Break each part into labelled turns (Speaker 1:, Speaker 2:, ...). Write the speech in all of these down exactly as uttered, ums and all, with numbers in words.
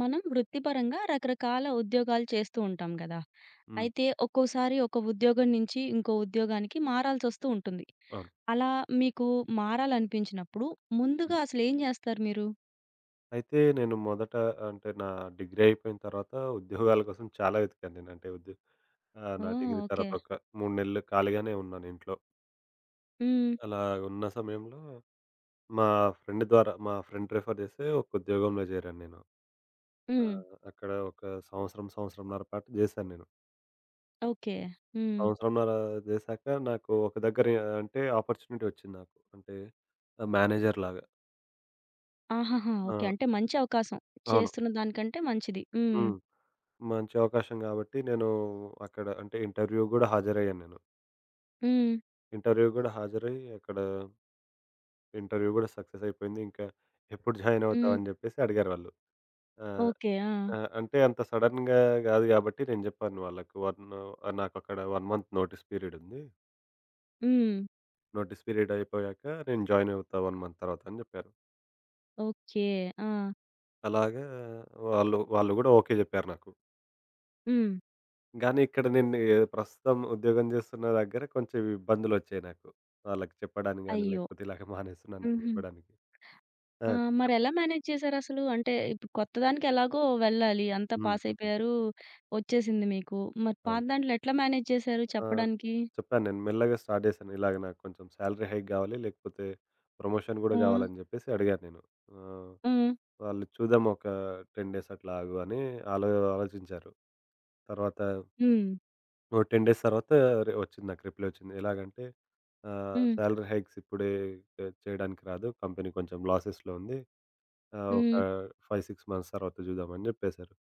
Speaker 1: మనం వృత్తిపరంగా రకరకాల ఉద్యోగాలు చేస్తూ ఉంటాం కదా!
Speaker 2: హ్మ్.
Speaker 1: అయితే ఒక్కోసారి ఒక ఉద్యోగం నుంచి ఇంకో ఉద్యోగానికి మారాల్సొస్తూ ఉంటుంది.
Speaker 2: అవును.
Speaker 1: అలా మీకు మారాలనిపించినప్పుడు
Speaker 2: హ్మ్.
Speaker 1: ముందుగా అసలేం జేస్తారు మీరు?
Speaker 2: అయితే నేను మొదట అంటే నా డిగ్రీ అయిపోయిన తర్వాత ఉద్యోగాల కోసం చాలా వెతికాను నేను. అంటే ఉద్యో ఆహ్, నా
Speaker 1: ఓహ్!
Speaker 2: Degree
Speaker 1: okay.
Speaker 2: తర్వాత ఒక మూడు నెలలు ఖాళీగానే ఉన్నాను ఇంట్లో.
Speaker 1: హ్మ్.
Speaker 2: అలా ఉన్న సమయంలో మా ఫ్రెండ్ ద్వారా మా ఫ్రెండ్ రిఫర్ చేస్తే ఒక ఉద్యోగంలో చేరాను నేను. ఆ!
Speaker 1: హ్మ్.
Speaker 2: అక్కడ ఒక సంవత్సరం, సంవత్సరంన్నర పాటు చేశాను నేను.
Speaker 1: ఓకే. హ్మ్.
Speaker 2: సంవత్సరంన్నర చేశాక నాకు ఒక దగ్గర అంటే ఆపర్చునిటీ వచ్చింది నాకు. అంటే మేనేజర్ లాగా.
Speaker 1: ఆహాహా!
Speaker 2: ఆ!
Speaker 1: ఓకే. అంటే మంచి అవకాశం.
Speaker 2: అవును.
Speaker 1: చేస్తున్న దానికంటే మంచిది. హ్మ్.
Speaker 2: హ్మ్. మంచి అవకాశం గాబట్టి నేను అక్కడ అంటే ఇంటర్వ్యూ గూడా హాజరయ్యాను నేను.
Speaker 1: హ్మ్.
Speaker 2: ఇంటర్వ్యూ గూడా హాజరయ్యి అక్కడ ఇంటర్వ్యూ గూడా సక్సెస్ అయిపోయింది. ఇంకా ఎప్పుడు జాయిన్ అవుతావు
Speaker 1: హ్మ్.
Speaker 2: అని జెప్పేసి అడిగారు వాళ్ళు. ఆహ్,
Speaker 1: ఓకే. ఆ!
Speaker 2: ఆహ్, అంటే అంత సడెన్‌గా గాదు గాబట్టి నేను జెప్పాను వాళ్ళకి. వన్ నాకక్కడ వన్ మంత్ నోటీస్ పీరియడ్ ఉంది.
Speaker 1: హ్మ్.
Speaker 2: నోటీస్ పీరియడ్ అయిపోయాక నేను జాయిన్ అవుతా వన్ మంత్ తర్వాత అని జెప్పాను.
Speaker 1: ఓకే. ఆ!
Speaker 2: అలాగా వాళ్ళు వాళ్ళు గూడా ఓకే జెప్పారు నాకు.
Speaker 1: హ్మ్.
Speaker 2: గానీ ఇక్కడ నేను ఆహ్, ప్రస్తుతం ఉద్యోగం జేస్తున్న దగ్గర కొంచెం ఇబ్బందులొచ్చాయి నాకు. వాళ్ళకి చెప్పడానికి గాని,
Speaker 1: అయ్యో!
Speaker 2: లేకపోతే ఇలాగ మానేస్తున్నానని
Speaker 1: హుహు.
Speaker 2: జెప్పడానికి. ఆ!
Speaker 1: ఆ! మరెలా మేనేజ్ చేశారసలు? అంటే ఇప్పుడు కొత్త దానికి ఎలాగో వెళ్ళాలి. అంతా
Speaker 2: హ్మ్.
Speaker 1: పాస్
Speaker 2: హ్మ్.
Speaker 1: అయిపోయారు. వచ్చేసింది మీకు. మరి పాత
Speaker 2: అవును.
Speaker 1: దాంట్లో ఎట్లా మేనేజ్ చేశారు
Speaker 2: ఆహ్,
Speaker 1: చెప్పడానికి?
Speaker 2: చెప్పాను నేను మెల్లగా స్టార్ట్ జేశాను. ఇలాగ నాకు కొంచెం సాలరీ హైక్ గావాలి, లేకపోతే ప్రమోషన్
Speaker 1: ఆ!
Speaker 2: గూడా గావాలని జెప్పేసి అడిగాను నేను. ఆహ్,
Speaker 1: ఆ!
Speaker 2: వాళ్ళు చూద్దాం ఒక టెన్ డేస్ అట్లా ఆగు అని ఆలో ఆలోచించారు. తర్వాత
Speaker 1: హ్మ్.
Speaker 2: ఓ టెన్ డేస్ తర్వాత రి వచ్చింది నాకు రిప్లై వచ్చింది. ఎలాగంటే ఆహ్,
Speaker 1: హ్మ్.
Speaker 2: సాలరీ హైక్స్ ఇప్పుడే చే చేయడానికి రాదు. కంపెనీ కొంచెం లాసెస్‌లో ఉంది. ఆహ్, ఒక
Speaker 1: హ్మ్.
Speaker 2: ఐదు, ఆరు మంత్స్ తర్వాత చూద్దాం అని చెప్పేసారు.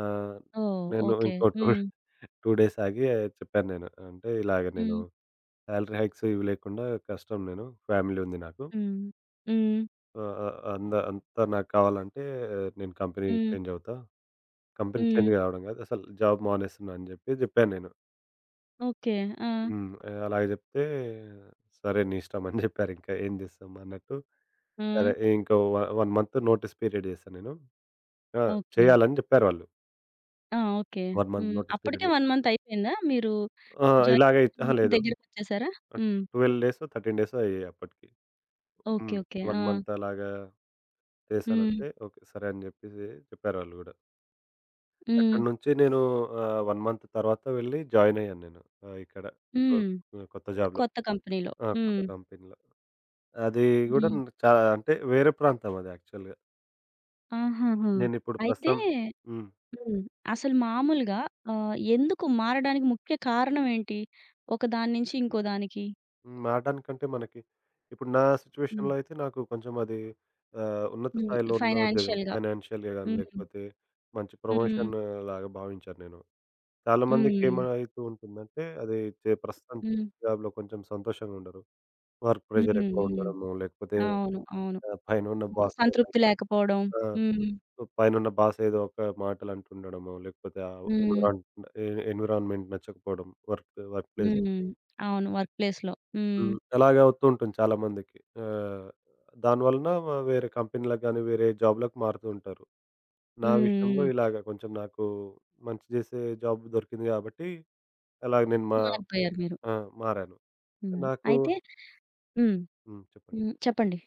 Speaker 2: ఆహ్,
Speaker 1: ఓహ్!
Speaker 2: నేను
Speaker 1: ఓకే.
Speaker 2: ఇంకో రెండు,
Speaker 1: హ్మ్.
Speaker 2: రెండు డేస్ ఆగి చెప్పాను నేను. అంటే ఇలాగ నేను
Speaker 1: హ్మ్.
Speaker 2: సాలరీ హైక్స్ ఇవి లేకుండా కష్టం నేను. ఫ్యామిలీ ఉంది నాకు.
Speaker 1: హ్మ్. హ్మ్.
Speaker 2: ఆహ్, ఆహ్, అంద అంతా నాకు కావాలంటే ఆ, నేను కంపెనీ
Speaker 1: హ్మ్.
Speaker 2: చేంజ్ అవుతా. కంపెనీ
Speaker 1: హ్మ్.
Speaker 2: చేంజ్ కావడం కాదు. అసలు జాబ్ మానేస్తున్నా అని చెప్పి చెప్పాను నేను.
Speaker 1: ఓకే. ఆ!
Speaker 2: హ్మ్. ఆహ్, అలాగ జెప్తే సరే నీ ఇష్టం అని జెప్పారు. ఇంకా ఏం జేస్తాం అన్నట్టు.
Speaker 1: ఆ!
Speaker 2: సరే ఇంకో వ వన్ మంత్ నోటీస్ పీరియడ్ జేశా నేను. ఆ!
Speaker 1: ఓకే.
Speaker 2: చేయాలని జెప్పారు వాళ్ళు.
Speaker 1: ఆ! ఓకే.
Speaker 2: వన్ మంత్
Speaker 1: హ్మ్.
Speaker 2: నోటీస్
Speaker 1: అప్పటికే
Speaker 2: పీరియడ్
Speaker 1: ఒక మంత్ అయిపోయిందా? మీరు
Speaker 2: ఆ!
Speaker 1: జాయిన్
Speaker 2: ఇలాగే అహా!
Speaker 1: మీటింగ్
Speaker 2: లేదు.
Speaker 1: దగ్గరకొచ్చేసారా? హ్మ్.
Speaker 2: పన్నెండు డేసో, పదమూడు డేసో అయ్యాయి అప్పటికి.
Speaker 1: ఓకే.
Speaker 2: హ్మ్.
Speaker 1: ఓకే.
Speaker 2: వన్
Speaker 1: ఆ!
Speaker 2: మంత్ అలాగా
Speaker 1: హ్మ్.
Speaker 2: చేశానంటే ఓకే. సరే అని జెప్పేసి చెప్పారు వాళ్ళు గూడా.
Speaker 1: హ్మ్.
Speaker 2: అక్కడి నుంచి నేను ఆహ్, వన్ మంత్ తర్వాత వెళ్ళి జాయిన్ అయ్యాను నేను. ఆహ్, ఇక్కడ కొ
Speaker 1: హ్మ్.
Speaker 2: కొత్త జాబ్‌లో.
Speaker 1: కొత్త కంపెనీలో.
Speaker 2: ఆ! కొత్త
Speaker 1: హ్మ్.
Speaker 2: కంపెనీలో. అది గూడా
Speaker 1: హ్మ్.
Speaker 2: చాలా అంటే వేరే ప్రాంతం అది యాక్చువల్‌గా.
Speaker 1: ఆహాహా!
Speaker 2: నేనిప్పుడు
Speaker 1: అయితే
Speaker 2: ప్రస్తుతం హ్మ్.
Speaker 1: హ్మ్. అసలు మామూలుగా ఆహ్, ఎందుకు మారడానికి ముఖ్య కారణం ఏంటి? ఒక దాని నుంచి ఇంకో దానికి?
Speaker 2: మారడానికంటే మనకి ఇప్పుడు నా
Speaker 1: హ్మ్.
Speaker 2: సిట్యుయేషన్‌లో అయితే నాకు కొంచెం అది ఆహ్, ఉన్నత
Speaker 1: హ్మ్.
Speaker 2: స్థాయిలో ఉన్న ఉద్యోగం.
Speaker 1: ఫైనాన్షియల్‌గా.
Speaker 2: ఫైనాన్షియల్‌గా గాని
Speaker 1: హ్మ్.
Speaker 2: లేకపోతే మంచి
Speaker 1: హ్మ్.
Speaker 2: ప్రమోషన్ లాగా భావించాను నేను. చాలామందికి
Speaker 1: హ్మ్.
Speaker 2: ఏమవుతూ ఉంటుందంటే అది చే ప్రస్తుతం
Speaker 1: హ్మ్.
Speaker 2: జాబ్‌లో కొంచెం సంతోషంగా ఉండరు. వర్క్
Speaker 1: హ్మ్.
Speaker 2: ప్రెషర్ ఎక్కువ
Speaker 1: హ్మ్.
Speaker 2: ఉండడము లేకపోతే
Speaker 1: అవును. అవును.
Speaker 2: ఆహ్, పైనున్న
Speaker 1: ఆహ్,
Speaker 2: బాస్‌తో
Speaker 1: సంతృప్తి
Speaker 2: కలిసి
Speaker 1: లేకపోవడం.
Speaker 2: ఆ! పైన
Speaker 1: హ్మ్.
Speaker 2: ఉన్న బాస్ పైనున్న బాస్ ఏదో ఒక మాటలు అంటుండడమో, లేకపోతే ఆ
Speaker 1: హ్మ్.
Speaker 2: ఎన్విరాన్ ఎ ఎన్విరాన్మెంట్ నచ్చకపోవడం వర్క్ వర్క్ ప్లేస్.
Speaker 1: హ్మ్. అవును. వర్క్ ప్లేస్‌లో. హ్మ్.
Speaker 2: హ్మ్. అలాగే అవుతూ ఉంటుంది చాలా మందికి. ఆహ్, దాని వలన వేరే కంపెనీలకు గాని, వేరే జాబ్‌లకు మారుతూ ఉంటారు. నా విషయంలో
Speaker 1: హ్మ్.
Speaker 2: ఇలాగ కొంచెం నాకు మంచి చేసే జాబ్ దొరికింది కాబట్టి, అలాగ నేను
Speaker 1: హ్మ్.
Speaker 2: మా
Speaker 1: మారిపోయారు మీరు.
Speaker 2: ఆ! మారాను.
Speaker 1: హ్మ్.
Speaker 2: నాకు
Speaker 1: అయితే హ్మ్.
Speaker 2: హ్మ్. చెప్పండి.
Speaker 1: హ్మ్. చెప్పండి.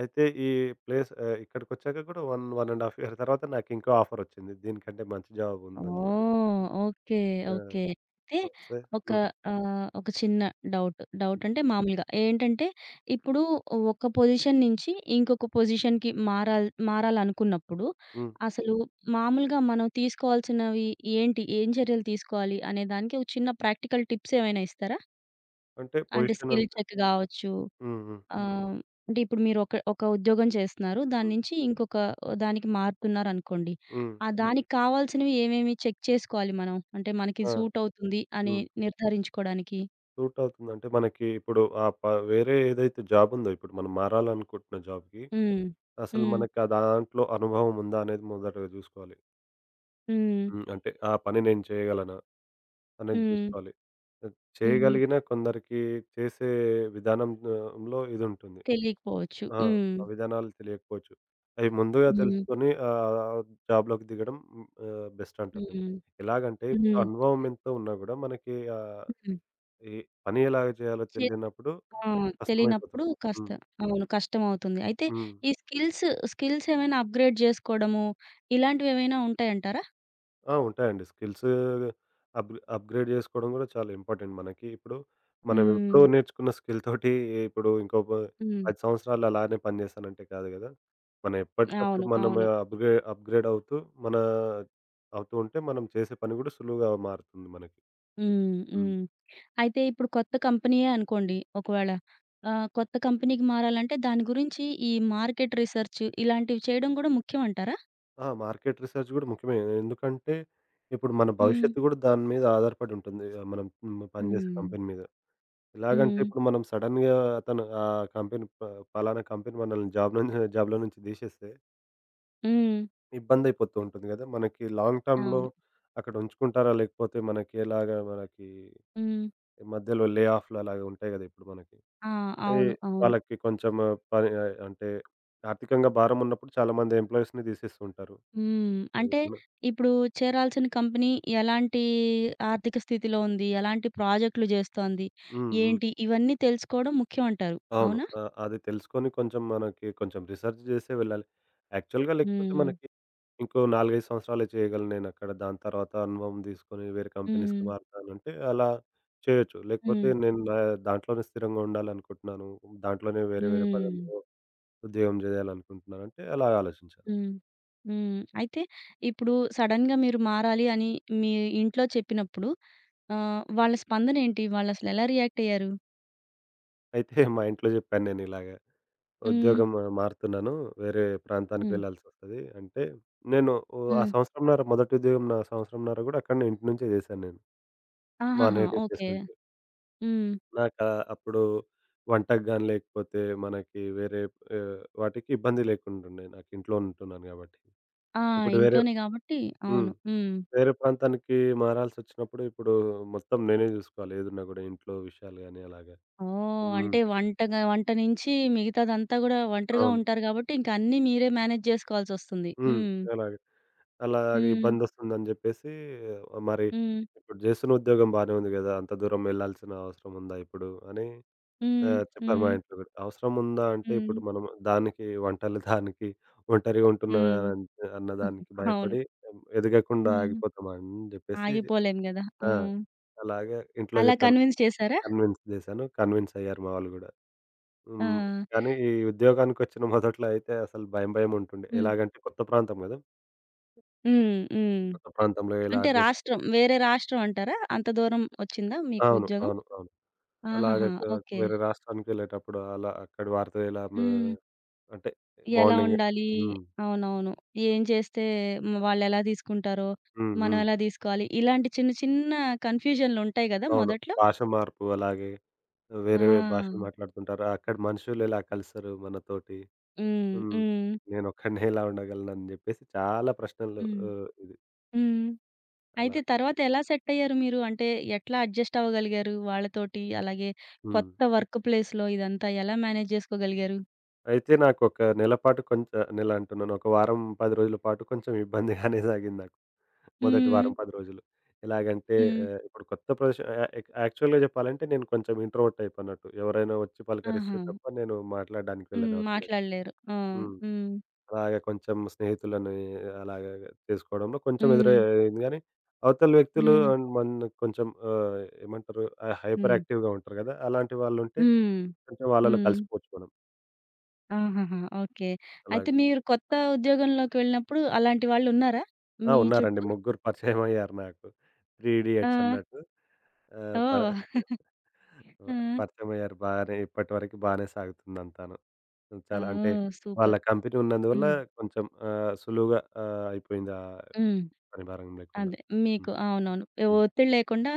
Speaker 2: అయితే ఈ ప్లేస్ ఆహ్, ఇక్కడికొచ్చాక కూడా వన్, వన్ ½ ఇయర్ తర్వాత నాకింకో ఆఫరొచ్చింది. దీనికంటే మంచి జాబ్ ఉందని చెప్పి.
Speaker 1: ఓహ్! ఓకే.
Speaker 2: ఆ!
Speaker 1: ఓకే. అయితే
Speaker 2: వస్తే
Speaker 1: ఒక
Speaker 2: హ్మ్.
Speaker 1: ఆహ్, ఒక చిన్న డౌట్. డౌట్ అంటే మామూలుగా ఏంటంటే ఇప్పుడు ఒక పొజిషన్ నుంచి ఇంకొక పొజిషన్‌కి మారాల్ మారాలనుకున్నప్పుడు
Speaker 2: హ్మ్.
Speaker 1: అసలు మామూలుగా మనం తీసుకోవాల్సినవి ఏంటి? ఏం చర్యలు తీసుకోవాలి అనే దానికి ఒక చిన్న ప్రాక్టికల్ టిప్స్ ఏమైనా ఇస్తారా?
Speaker 2: అంటే
Speaker 1: అంటే
Speaker 2: పొజిషన్
Speaker 1: స్కిల్
Speaker 2: అంటే
Speaker 1: చెక్ గావచ్చు.
Speaker 2: హ్మ్. హ్మ్.
Speaker 1: ఆహ్, అంటే ఇప్పుడు మీరు ఒక ఒక ఉద్యోగం చేస్తున్నారు. దాని
Speaker 2: హ్మ్.
Speaker 1: నుంచి ఇంకొక దానికి మారుతున్నారనుకోండి.
Speaker 2: హ్మ్.
Speaker 1: ఆ హ్మ్. దానికి కావాల్సినవి ఏమేమి చెక్ చేసుకోవాలి మనం? అంటే మనకి
Speaker 2: ఆ!
Speaker 1: సూట్ అవుతుంది అని
Speaker 2: హ్మ్.
Speaker 1: నిర్ధారించుకోవడానికి.
Speaker 2: సూట్ అవుతుంది. అంటే మనకి ఇప్పుడు ఆ ప వేరే ఏదైతే జాబ్ ఉందో ఇప్పుడు మనం మారాలనుకుంటున్న జాబ్‌కి
Speaker 1: హ్మ్.
Speaker 2: అసలు
Speaker 1: హ్మ్.
Speaker 2: మనకి ఆ దాంట్లో అనుభవం ఉందా అనేది మొదటగా చూసుకోవాలి.
Speaker 1: హ్మ్.
Speaker 2: హ్మ్. అంటే ఆ పని నేను చేయగలనా అనేది
Speaker 1: హ్మ్.
Speaker 2: చూసుకోవాలి.
Speaker 1: హ్మ్.
Speaker 2: చేయగలిగిన కొందరికి చేసే విధానంలో ఇది ఉంటుంది.
Speaker 1: తెలియకపోవచ్చు.
Speaker 2: ఆ!
Speaker 1: హ్మ్.
Speaker 2: ఆ విధానాలు తెలియకపోవచ్చు. అవి ముందుగా
Speaker 1: హ్మ్.
Speaker 2: తెలుసుకొని ఆహ్, జాబ్‌లోకి దిగడం హ్మ్, ఆహ్, బెస్ట్ అంటారు నేను.
Speaker 1: హ్మ్.
Speaker 2: ఎలాగంటే ఇప్పుడు
Speaker 1: హ్మ్.
Speaker 2: అనుభవం ఎంత ఉన్నా గూడా మనకి ఆహ్,
Speaker 1: హ్మ్.
Speaker 2: ఈ పని ఎలాగ చేయాలో
Speaker 1: చే
Speaker 2: తెలియనప్పుడు
Speaker 1: ఆ! తెలియనప్పుడు
Speaker 2: కష్టమైపోతుంది.
Speaker 1: కాస్త
Speaker 2: హ్మ్.
Speaker 1: అవును. కష్టమవుతుంది. అయితే
Speaker 2: హ్మ్.
Speaker 1: ఈ స్కిల్స్, స్కిల్స్ ఏమైనా అప్‌గ్రేడ్ చేసుకోవడము ఇలాంటివేమైనా ఉంటాయంటారా?
Speaker 2: ఆ! ఉంటాయండి. స్కిల్స్ అప్ అప్‌గ్రేడ్ చేసుకోవడం కూడా చాలా ఇంపార్టెంట్ మనకి. ఇప్పుడు మనం
Speaker 1: హ్మ్.
Speaker 2: ఎప్పుడో నేర్చుకున్న స్కిల్ తోటి ఇప్పుడు ఇంకో ప
Speaker 1: హ్మ్.
Speaker 2: పది సంవత్సరాలు అలానే పని చేస్తానంటే కాదు కదా! మనం ఎప్పటికప్పుడు
Speaker 1: అవును.
Speaker 2: మనం
Speaker 1: అవును.
Speaker 2: అప్‌గ్రే అప్‌గ్రేడ్ అవుతూ మన అవుతూ ఉంటే మనం చేసే పని కూడా సులువుగా మారుతుంది మనకి.
Speaker 1: హ్మ్.
Speaker 2: హ్మ్.
Speaker 1: హ్మ్. అయితే ఇప్పుడు కొత్త కంపెనీయే అనుకోండి ఒకవేళ. ఆహ్, కొత్త కంపెనీకి మారాలంటే దాని గురించి ఈ మార్కెట్ రిసర్చ్ ఇలాంటివి చేయడం గూడా ముఖ్యమంటారా?
Speaker 2: ఆ! మార్కెట్ రీసెర్చ్ కూడా ముఖ్యమే. ఎందుకంటే ఇప్పుడు మన
Speaker 1: హ్మ్.
Speaker 2: భవిష్యత్తు కూడా దాని మీద ఆధారపడి ఉంటుంది. ఆ, మనం మ్, పనిచేసే
Speaker 1: హ్మ్.
Speaker 2: కంపెనీ మీద. ఎలాగంటే
Speaker 1: హ్మ్.
Speaker 2: ఇప్పుడు మనం సడెన్‌గా అతను ఆహ్, కంపెనీ ప పలానా కంపెనీ మనల్ని జాబ్ నుంచి జాబ్‌లో నుంచి తీసేస్తే
Speaker 1: హ్మ్.
Speaker 2: ఇబ్బందయిపోతూ ఉంటుంది గదా! మనకి లాంగ్ టర్మ్‌లో
Speaker 1: అవును.
Speaker 2: అక్కడ ఉంచుకుంటారా? లేకపోతే మనకి ఎలాగా మనకి
Speaker 1: హ్మ్.
Speaker 2: మధ్యలో లే ఆఫ్‌లు అలాగా ఉంటాయి గదా! ఇప్పుడు మనకి.
Speaker 1: ఆ!
Speaker 2: అయి
Speaker 1: అవును. అవును.
Speaker 2: వాళ్ళకి కొంచెం పని ఆహ్, అంటే ఆర్థికంగా భారం ఉన్నప్పుడు చాలామంది ఎంప్లాయీస్‌ని తీసేస్తూ ఉంటారు.
Speaker 1: హ్మ్.
Speaker 2: అదే
Speaker 1: అంటే
Speaker 2: మన
Speaker 1: ఇప్పుడు చేరాల్సిన కంపెనీ ఎలాంటి ఆర్థిక స్థితిలో ఉంది? ఎలాంటి ప్రాజెక్ట్‌లు జేస్తోంది?
Speaker 2: హ్మ్. హ్మ్.
Speaker 1: ఏంటి? ఇవన్నీ తెలుసుకోవడం ముఖ్యమంటారు.
Speaker 2: అవును.
Speaker 1: అవునా?
Speaker 2: ఆహ్, అది తెలుసుకొని కొంచెం మనకి కొంచెం రిసర్చ్ చేసే వెళ్ళాలి. యాక్చువల్‌గా లేకపోతే
Speaker 1: హ్మ్.
Speaker 2: మనకి ఇంకో నాలుగు, ఐదు సంవత్సరాలే చేయగలను నేనక్కడ. దాని తర్వాత అనుభవం తీసుకొని వేరే కంపెనీస్‌కి
Speaker 1: హ్మ్.
Speaker 2: మారుతానంటే అలా చేయొచ్చు. లేకపోతే
Speaker 1: హ్మ్.
Speaker 2: నేను నా దాంట్లోనే స్థిరంగా ఉండాలనుకుంటున్నాను. దాంట్లోనే వేరే వేరే
Speaker 1: హ్మ్.
Speaker 2: పదవిలో ఉద్యోగం చేయాలనుకుంటున్నానంటే అలా ఆలోచించాలి.
Speaker 1: హ్మ్. హ్మ్. అయితే ఇప్పుడు సడెన్‌గా మీరు మారాలి అని మీ ఇంట్లో చెప్పినప్పుడు ఆహ్, వాళ్ళ స్పందనేంటి? వాళ్ళసలు ఎలా రియాక్ట్ అయ్యారు?
Speaker 2: అయితే మా ఇంట్లో చెప్పాను నేను ఇలాగ
Speaker 1: హ్మ్.
Speaker 2: ఉద్యోగం ఆ, మారుతున్నాను. వేరే ప్రాంతానికి
Speaker 1: హ్మ్.
Speaker 2: వెళ్ళాల్సొస్తది. అంటే నేను ఓ ఆ
Speaker 1: హ్మ్.
Speaker 2: సంవత్సరంన్నర మొదటి ఉద్యోగం నా సంవత్సరంన్నర గూడా అక్కడనే ఇంటి నుంచే చేశాను నేను. మా
Speaker 1: ఆహాహా!
Speaker 2: Native place
Speaker 1: okay.
Speaker 2: నుంచి.
Speaker 1: హ్మ్.
Speaker 2: నాకా అప్పుడు వంటకు గాని, లేకపోతే మనకి వేరే ఆహ్, వాటికి ఇబ్బంది లేకుండుండే. నాకు ఇంట్లో ఉంటున్నాను గాబట్టి.
Speaker 1: ఆ!
Speaker 2: ఇప్పుడు వేరే
Speaker 1: ఇంట్లోనే గాబట్టి
Speaker 2: హ్మ్.
Speaker 1: అవును. హ్మ్.
Speaker 2: వేరే ప్రాంతానికి మారాల్సొచ్చినప్పుడు, ఇప్పుడు మొత్తం నేనే జూసుకోవాలి. ఏదున్నా గూడా ఇంట్లో విషయాలు గాని అలాగా.
Speaker 1: ఓహ్!
Speaker 2: హ్మ్.
Speaker 1: అంటే వంటగా వంట నుంచి మిగతాదంతా గూడా ఒంటరిగా
Speaker 2: అవును.
Speaker 1: ఉంటారు గాబట్టి ఇంక అన్నీ మీరే మేనేజ్ జేసుకోవాల్సొస్తుంది.
Speaker 2: హ్మ్.
Speaker 1: హ్మ్.
Speaker 2: అలాగే. అలాగే
Speaker 1: హ్మ్.
Speaker 2: ఇబ్బందొస్తుందని జెప్పేసి మరి
Speaker 1: హ్మ్.
Speaker 2: ఇప్పుడు జేస్తున్న ఉద్యోగం బానే ఉంది గదా! అంత దూరం వెళ్ళాల్సిన అవసరం ఉందా ఇప్పుడు అని ఆ!
Speaker 1: హ్మ్.
Speaker 2: చెప్పారు
Speaker 1: హ్మ్.
Speaker 2: మా ఇంట్లో గూడా. అవసరముందా అంటే
Speaker 1: హ్మ్.
Speaker 2: ఇప్పుడు మనం దానికి వంటలు దానికి ఒంటరిగా
Speaker 1: హ్మ్.
Speaker 2: ఉంటున్నానన్ అన్న దానికి
Speaker 1: అవును.
Speaker 2: భయపడి ఎదగకుండా
Speaker 1: హ్మ్.
Speaker 2: ఆగిపోతామా అని జెప్పేసి
Speaker 1: ఆగిపోలేము గదా!
Speaker 2: ఆ!
Speaker 1: హ్మ్.
Speaker 2: అలాగే ఇంట్లో
Speaker 1: అలా
Speaker 2: జెప్పాను.
Speaker 1: కన్విన్స్ చేసారా?
Speaker 2: కన్విన్స్ జేశాను. కన్విన్స్ అయ్యారు మా వాళ్ళు గూడా.
Speaker 1: ఆ!
Speaker 2: హ్మ్. కానీ ఈ ఉద్యోగానికొచ్చిన మొదట్లో అయితే అసలు భయం భయం ఉంటుండే.
Speaker 1: హ్మ్.
Speaker 2: ఎలాగంటే కొత్త ప్రాంతం గదా!
Speaker 1: హ్మ్. హ్మ్.
Speaker 2: కొత్త ప్రాంతంలో ఎలా
Speaker 1: అంటే
Speaker 2: అడ్జస్ట్
Speaker 1: రాష్ట్రం, వేరే రాష్ట్రం అంటారా? అంత దూరం వచ్చిందా మీకు
Speaker 2: అవును.
Speaker 1: ఉద్యోగం?
Speaker 2: అవును. అవును.
Speaker 1: ఆహాహా!
Speaker 2: అలాగే క
Speaker 1: ఓకే.
Speaker 2: వేరే రాష్ట్రానికెళ్ళేటప్పుడు అలా అక్కడి వారితో ఎలా మ
Speaker 1: హ్మ్.
Speaker 2: అంటే
Speaker 1: ఎలా
Speaker 2: బాండింగ్.
Speaker 1: ఉండాలి?
Speaker 2: హ్మ్.
Speaker 1: అవునవును. ఏం చేస్తే హ్మ్, వాళ్ళెలా తీసుకుంటారో,
Speaker 2: హ్మ్.
Speaker 1: మనం
Speaker 2: హ్మ్.
Speaker 1: ఎలా తీసుకోవాలి? ఇలాంటి చిన్న చిన్న కన్‌ఫ్యూజన్‌లుంటాయి గదా!
Speaker 2: అవును.
Speaker 1: మొదట్లో.
Speaker 2: భాష మార్పు అలాగే వేరే భాషలు
Speaker 1: ఆ!
Speaker 2: మాట్లాడుతుంటారు. అక్కడ మనుషులు ఎలా కలుస్తారు మనతోటి?
Speaker 1: హ్మ్.
Speaker 2: హ్మ్.
Speaker 1: హ్మ్.
Speaker 2: నేనొక్కడినే ఎలా ఉండగలనని జెప్పేసి చాలా ప్రశ్నలు
Speaker 1: హ్మ్.
Speaker 2: ఆహ్, ఇది
Speaker 1: హ్మ్.
Speaker 2: అలా.
Speaker 1: అయితే తర్వాత ఎలా సెట్టయ్యారు మీరు? అంటే ఎట్లా అడ్జస్ట్ అవ్వగలిగారు వాళ్ళతోటి? అలాగే
Speaker 2: హ్మ్.
Speaker 1: కొత్త వర్క్ ప్లేస్‌లో ఇదంతా ఎలా మేనేజ్ జేసుకోగలిగారు?
Speaker 2: అయితే నాకొక నెల పాటు కొంచె నెల అంటున్నాను. ఒక వారం పది రోజుల పాటు కొంచెం ఇబ్బందిగానే సాగింది నాకు. మొదటి
Speaker 1: హ్మ్.
Speaker 2: వారం పది రోజులు. ఎలాగంటే
Speaker 1: హ్మ్.
Speaker 2: ఆహ్, ఇప్పుడు కొత్త ప్రదేశం యా యాక్ యాక్చువల్‌గా జెప్పాలంటే నేను కొంచెం ఇంట్రోవర్ట్ టైప్ అన్నట్టు. ఎవరైనా వచ్చి పలకరిస్తే
Speaker 1: ఆహా!
Speaker 2: తప్ప నేను మాట్లాడడానికి
Speaker 1: హ్మ్.
Speaker 2: వెళ్ళను అవతలకి.
Speaker 1: మాట్లాడలేరు. ఆ!
Speaker 2: హ్మ్.
Speaker 1: హ్మ్.
Speaker 2: అలాగే కొంచెం స్నేహితులని అలాగ చేసుకోవడంలో కొంచెం
Speaker 1: హ్మ్.
Speaker 2: ఎదురయ్యింది గానీ, అవతల వ్యక్తులు
Speaker 1: హ్మ్.
Speaker 2: అండ్ మన కొంచెం ఆహ్, ఏమంటారు? ఆహ్, హైపర్
Speaker 1: హ్మ్.
Speaker 2: యాక్టివ్‌గా ఉంటారు గదా! అలాంటి వాళ్ళుంటే
Speaker 1: హ్మ్.
Speaker 2: కొంచెం వాళ్ళలో
Speaker 1: హ్మ్.
Speaker 2: కలిసిపోవచ్చు మనం
Speaker 1: ఆహాహా! ఓకే.
Speaker 2: అలాగ.
Speaker 1: అయితే మీరు కొత్త ఉద్యోగంలోకి వెళ్ళినప్పుడు అలాంటి వాళ్ళున్నారా
Speaker 2: ఆ!
Speaker 1: మీ
Speaker 2: ఉన్నారండి.
Speaker 1: చుట్టూ?
Speaker 2: ముగ్గురు పరిచయమయ్యారు నాకు. త్రీ
Speaker 1: ఆ!
Speaker 2: ఇడియట్స్ అన్నట్టు. ఆహ్, ప
Speaker 1: ఓహ్! ఆ!
Speaker 2: పరిచయమయ్యారు బానే ఇప్పటివరకు బానే సాగుతుందంతాను. చాలా అంటే
Speaker 1: ఓహ్!
Speaker 2: వాళ్ళ
Speaker 1: సూపర్.
Speaker 2: కంపెనీ ఉన్నందువల్ల
Speaker 1: హ్మ్.
Speaker 2: కొంచెం ఆహ్, సులువుగా ఆహ్, అయిపోయింది ఆ
Speaker 1: హ్మ్.
Speaker 2: పని భారం లేకుండా.
Speaker 1: అదే. మీకు
Speaker 2: హ్మ్.
Speaker 1: అవునవును. ఏ
Speaker 2: హ్మ్.
Speaker 1: ఒత్తిడి లేకుండా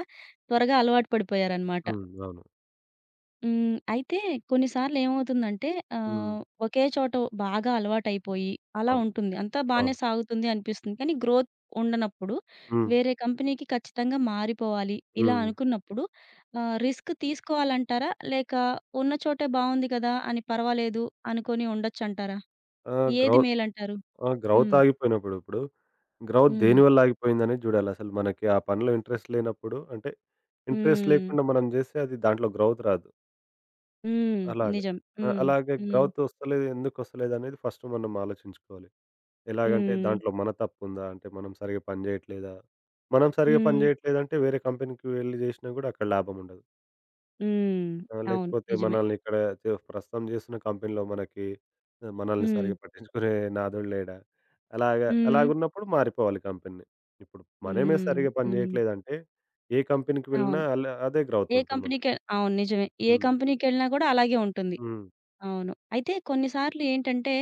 Speaker 1: త్వరగా అలవాటు పడిపోయారనమాట.
Speaker 2: హ్మ్. అవును.
Speaker 1: హ్మ్. అయితే కొన్ని సార్లు ఏమవుతుందంటే
Speaker 2: హ్మ్.
Speaker 1: ఆహ్, ఒకే చోట బాగా అలవాటయిపోయి అలా
Speaker 2: అవును.
Speaker 1: ఉంటుంది. అంతా బానే
Speaker 2: అవును.
Speaker 1: సాగుతుంది అనిపిస్తుంది. కానీ గ్రోత్ ఉండనప్పుడు
Speaker 2: హ్మ్.
Speaker 1: వేరే కంపెనీకి ఖచ్చితంగా మారిపోవాలి ఇలా
Speaker 2: హ్మ్.
Speaker 1: అనుకున్నప్పుడు ఆహ్, రిస్క్ తీసుకోవాలంటారా? లేక ఉన్న చోటే బావుంది కదా! అని పర్వాలేదు అనుకోని ఉండొచ్చంటారా?
Speaker 2: ఆహ్, గ్రౌ
Speaker 1: ఏది మేలంటారు?
Speaker 2: ఆ! గ్రౌత్
Speaker 1: హ్మ్.
Speaker 2: ఆగిపోయినప్పుడు ఇప్పుడు గ్రౌత్
Speaker 1: హ్మ్.
Speaker 2: దేనివల్ల ఆగిపోయిందనేది జూడాలి. అసలు మనకి ఆ పనిలో ఇంట్రెస్ట్ లేనప్పుడు అంటే ఇంట్రెస్ట్
Speaker 1: హ్మ్.
Speaker 2: లేకుండా మనం జేస్తే అది దాంట్లో గ్రౌత్ రాదు.
Speaker 1: హ్మ్.
Speaker 2: అలాగా.
Speaker 1: నిజం.
Speaker 2: ఆ!
Speaker 1: హ్మ్.
Speaker 2: అలాగే
Speaker 1: హ్మ్.
Speaker 2: గ్రౌత్ ఒస్తలేదు ఎందుకొస్తలేదనేది ఫస్ట్ మనం ఆలోచించుకోవాలి. ఎలాగంటే
Speaker 1: హ్మ్.
Speaker 2: దాంట్లో మన తప్పుందా? అంటే మనం సరిగ్గా పని జేయట్లేదా? మనం సరిగ్గా పని
Speaker 1: హ్మ్.
Speaker 2: జేయట్లేదంటే వేరే కంపెనీకి వెళ్లి జేసినా గూడా అక్కడ లాభం ఉండదు.
Speaker 1: హ్మ్.
Speaker 2: ఆ!
Speaker 1: అవును.
Speaker 2: లేకపోతే
Speaker 1: నిజమే.
Speaker 2: మనల్ని ఇక్కడ చే ప్రస్తుతం చేస్తున్న కంపెనీలో మనకి ఆహ్, మనల్ని
Speaker 1: హ్మ్.
Speaker 2: సరిగ్గా పట్టించుకునే నాథోడు లేడా? అలాగా
Speaker 1: హ్మ్.
Speaker 2: అలాగున్నప్పుడు మారిపోవాలి కంపెనీని. ఇప్పుడు మనమే
Speaker 1: హ్మ్.
Speaker 2: సరిగ్గా పని
Speaker 1: హ్మ్.
Speaker 2: చేయట్లేదంటే ఏ కంపెనీకి వెళ్ళినా
Speaker 1: అవును.
Speaker 2: అలా అదే గ్రౌత్
Speaker 1: ఏ
Speaker 2: ఉంటుంది మనకి.
Speaker 1: కంపెనీ‌కె అవును. నిజమే. ఏ
Speaker 2: హ్మ్.
Speaker 1: కంపెనీకెళ్ళినా గూడా అలాగే ఉంటుంది.
Speaker 2: హ్మ్.
Speaker 1: అవును. అయితే కొన్నిసార్లు ఏంటంటే,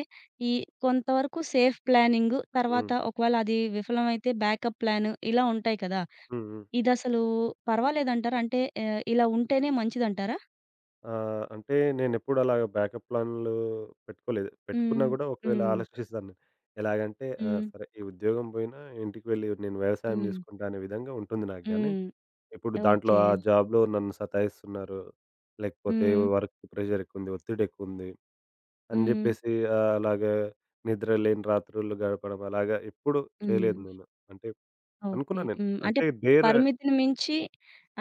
Speaker 1: ఈ కొంతవరకు సేఫ్ ప్లానింగు, తర్వాత
Speaker 2: హ్మ్.
Speaker 1: ఒకవేళ అది విఫలమైతే బ్యాకప్ ప్లాను ఇలా ఉంటాయి కదా!
Speaker 2: హ్మ్. హ్మ్.
Speaker 1: ఇదసలు పర్వాలేదంటారా? అంటే ఆహ్, ఇలా ఉంటేనే మంచిదంటారా?
Speaker 2: ఆహ్, అంటే నేనెప్పుడు అలాగా బ్యాకప్ ప్లాన్‌లు పెట్టుకోలేదు. పెట్టుకున్నా
Speaker 1: హ్మ్.
Speaker 2: గూడా ఒకవేళ
Speaker 1: హ్మ్.
Speaker 2: ఆలోచిస్తాను నేను. ఎలాగంటే ఆ!
Speaker 1: హ్మ్.
Speaker 2: సరే ఈ ఉద్యోగం పోయినా ఇంటికి వెళ్ళి నేను వ్యవసాయం
Speaker 1: హ్మ్.
Speaker 2: చేసుకుంటా అనే విధంగా ఉంటుంది నాకు గానీ
Speaker 1: హ్మ్.
Speaker 2: ఇప్పుడు దాంట్లో
Speaker 1: ఓకే.
Speaker 2: ఆ జాబ్‌లో నన్ను సతాయిస్తున్నారు. లేకపోతే
Speaker 1: హ్మ్.
Speaker 2: Work pressure ఎక్కువుంది. ఒత్తిడెక్కువుంది అని
Speaker 1: హ్మ్.
Speaker 2: జెప్పేసి ఆహ్, అలాగా నిద్ర లేని రాత్రులు గడపడం అలాగా ఎప్పుడు చేయలేదు
Speaker 1: హ్మ్.
Speaker 2: నేను. అంటే
Speaker 1: ఓకే.
Speaker 2: అనుకున్నా నేను.
Speaker 1: హ్మ్. అంటే
Speaker 2: అంటే డేర్
Speaker 1: పరిమితిని మించి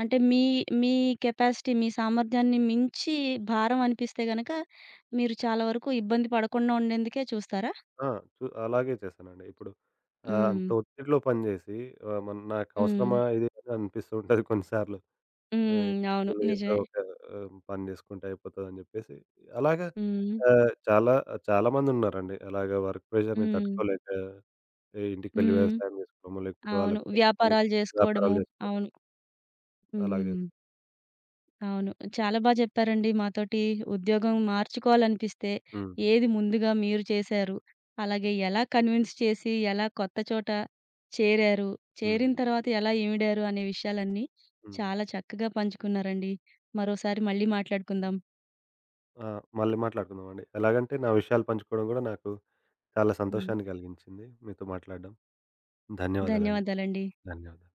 Speaker 1: అంటే మీ మీ కెపాసిటీ, మీ సామర్థ్యాన్ని మించి భారం అనిపిస్తే గనక మీరు చాలా వరకు ఇబ్బంది పడకుండా ఉండేందుకే చూస్తారా?
Speaker 2: ఆ! చు అలాగే చేశానండి. ఇప్పుడు ఆహ్,
Speaker 1: హ్మ్.
Speaker 2: అంత ఒత్తిడిలో పని జేసి ఆహ్, మన నాకు
Speaker 1: హ్మ్.
Speaker 2: అవసరమా ఇది అని అనిపిస్తూ ఉంటది కొన్నిసార్లు. ఆహ్,
Speaker 1: హ్మ్. అవును.
Speaker 2: ఏదో
Speaker 1: నిజమే.
Speaker 2: ఒక ఆహ్, పని జేసుకుంటే అయిపోతదని జెప్పేసి అలాగా
Speaker 1: హ్మ్.
Speaker 2: ఆహ్, చాలా చాలామందున్నారండి. అలాగా వర్క్ ప్రెషర్‌ని
Speaker 1: హ్మ్.
Speaker 2: తట్టుకోలేక ఏ ఇంటికి వెళ్లి
Speaker 1: హ్మ్.
Speaker 2: వ్యవసాయం చేసుకోవడమో, లేకపోతే
Speaker 1: అవును.
Speaker 2: వాళ్ళకి తెలిసిన పనులు
Speaker 1: వ్యాపారాలు
Speaker 2: వ్యాపారాలు
Speaker 1: జేసుకోవడము.
Speaker 2: చేసుకోవడం
Speaker 1: అవును.
Speaker 2: అలాగ
Speaker 1: హ్మ్.
Speaker 2: చేస్తాం.
Speaker 1: అవును. చాలా బా చెప్పారండి మాతోటి. ఉద్యోగం మార్చుకోవాలనిపిస్తే
Speaker 2: హ్మ్.
Speaker 1: ఏది ముందుగా మీరు చేశారు? అలాగే ఎలా కన్విన్స్ చేసి, ఎలా కొత్త చోట చేరారు?
Speaker 2: హ్మ్.
Speaker 1: చేరిన తర్వాత ఎలా ఈమిడారు? అనే విషయాలన్నీ
Speaker 2: హ్మ్.
Speaker 1: చాలా చక్కగా పంచుకున్నారండి. మరోసారి మళ్ళీ మాట్లాడుకుందాం.
Speaker 2: ఆ! మళ్ళీ మాట్లాడుకుందామండి. ఎలాగంటే నా విషయాలు పంచుకోవడం గూడా నాకు చాలా
Speaker 1: హ్మ్.
Speaker 2: సంతోషాన్ని కలిగించింది. మీతో మాట్లాడడం. ధన్యవాదాలండి.
Speaker 1: ధన్యవాదాలండి.
Speaker 2: ధన్యవాదాలు.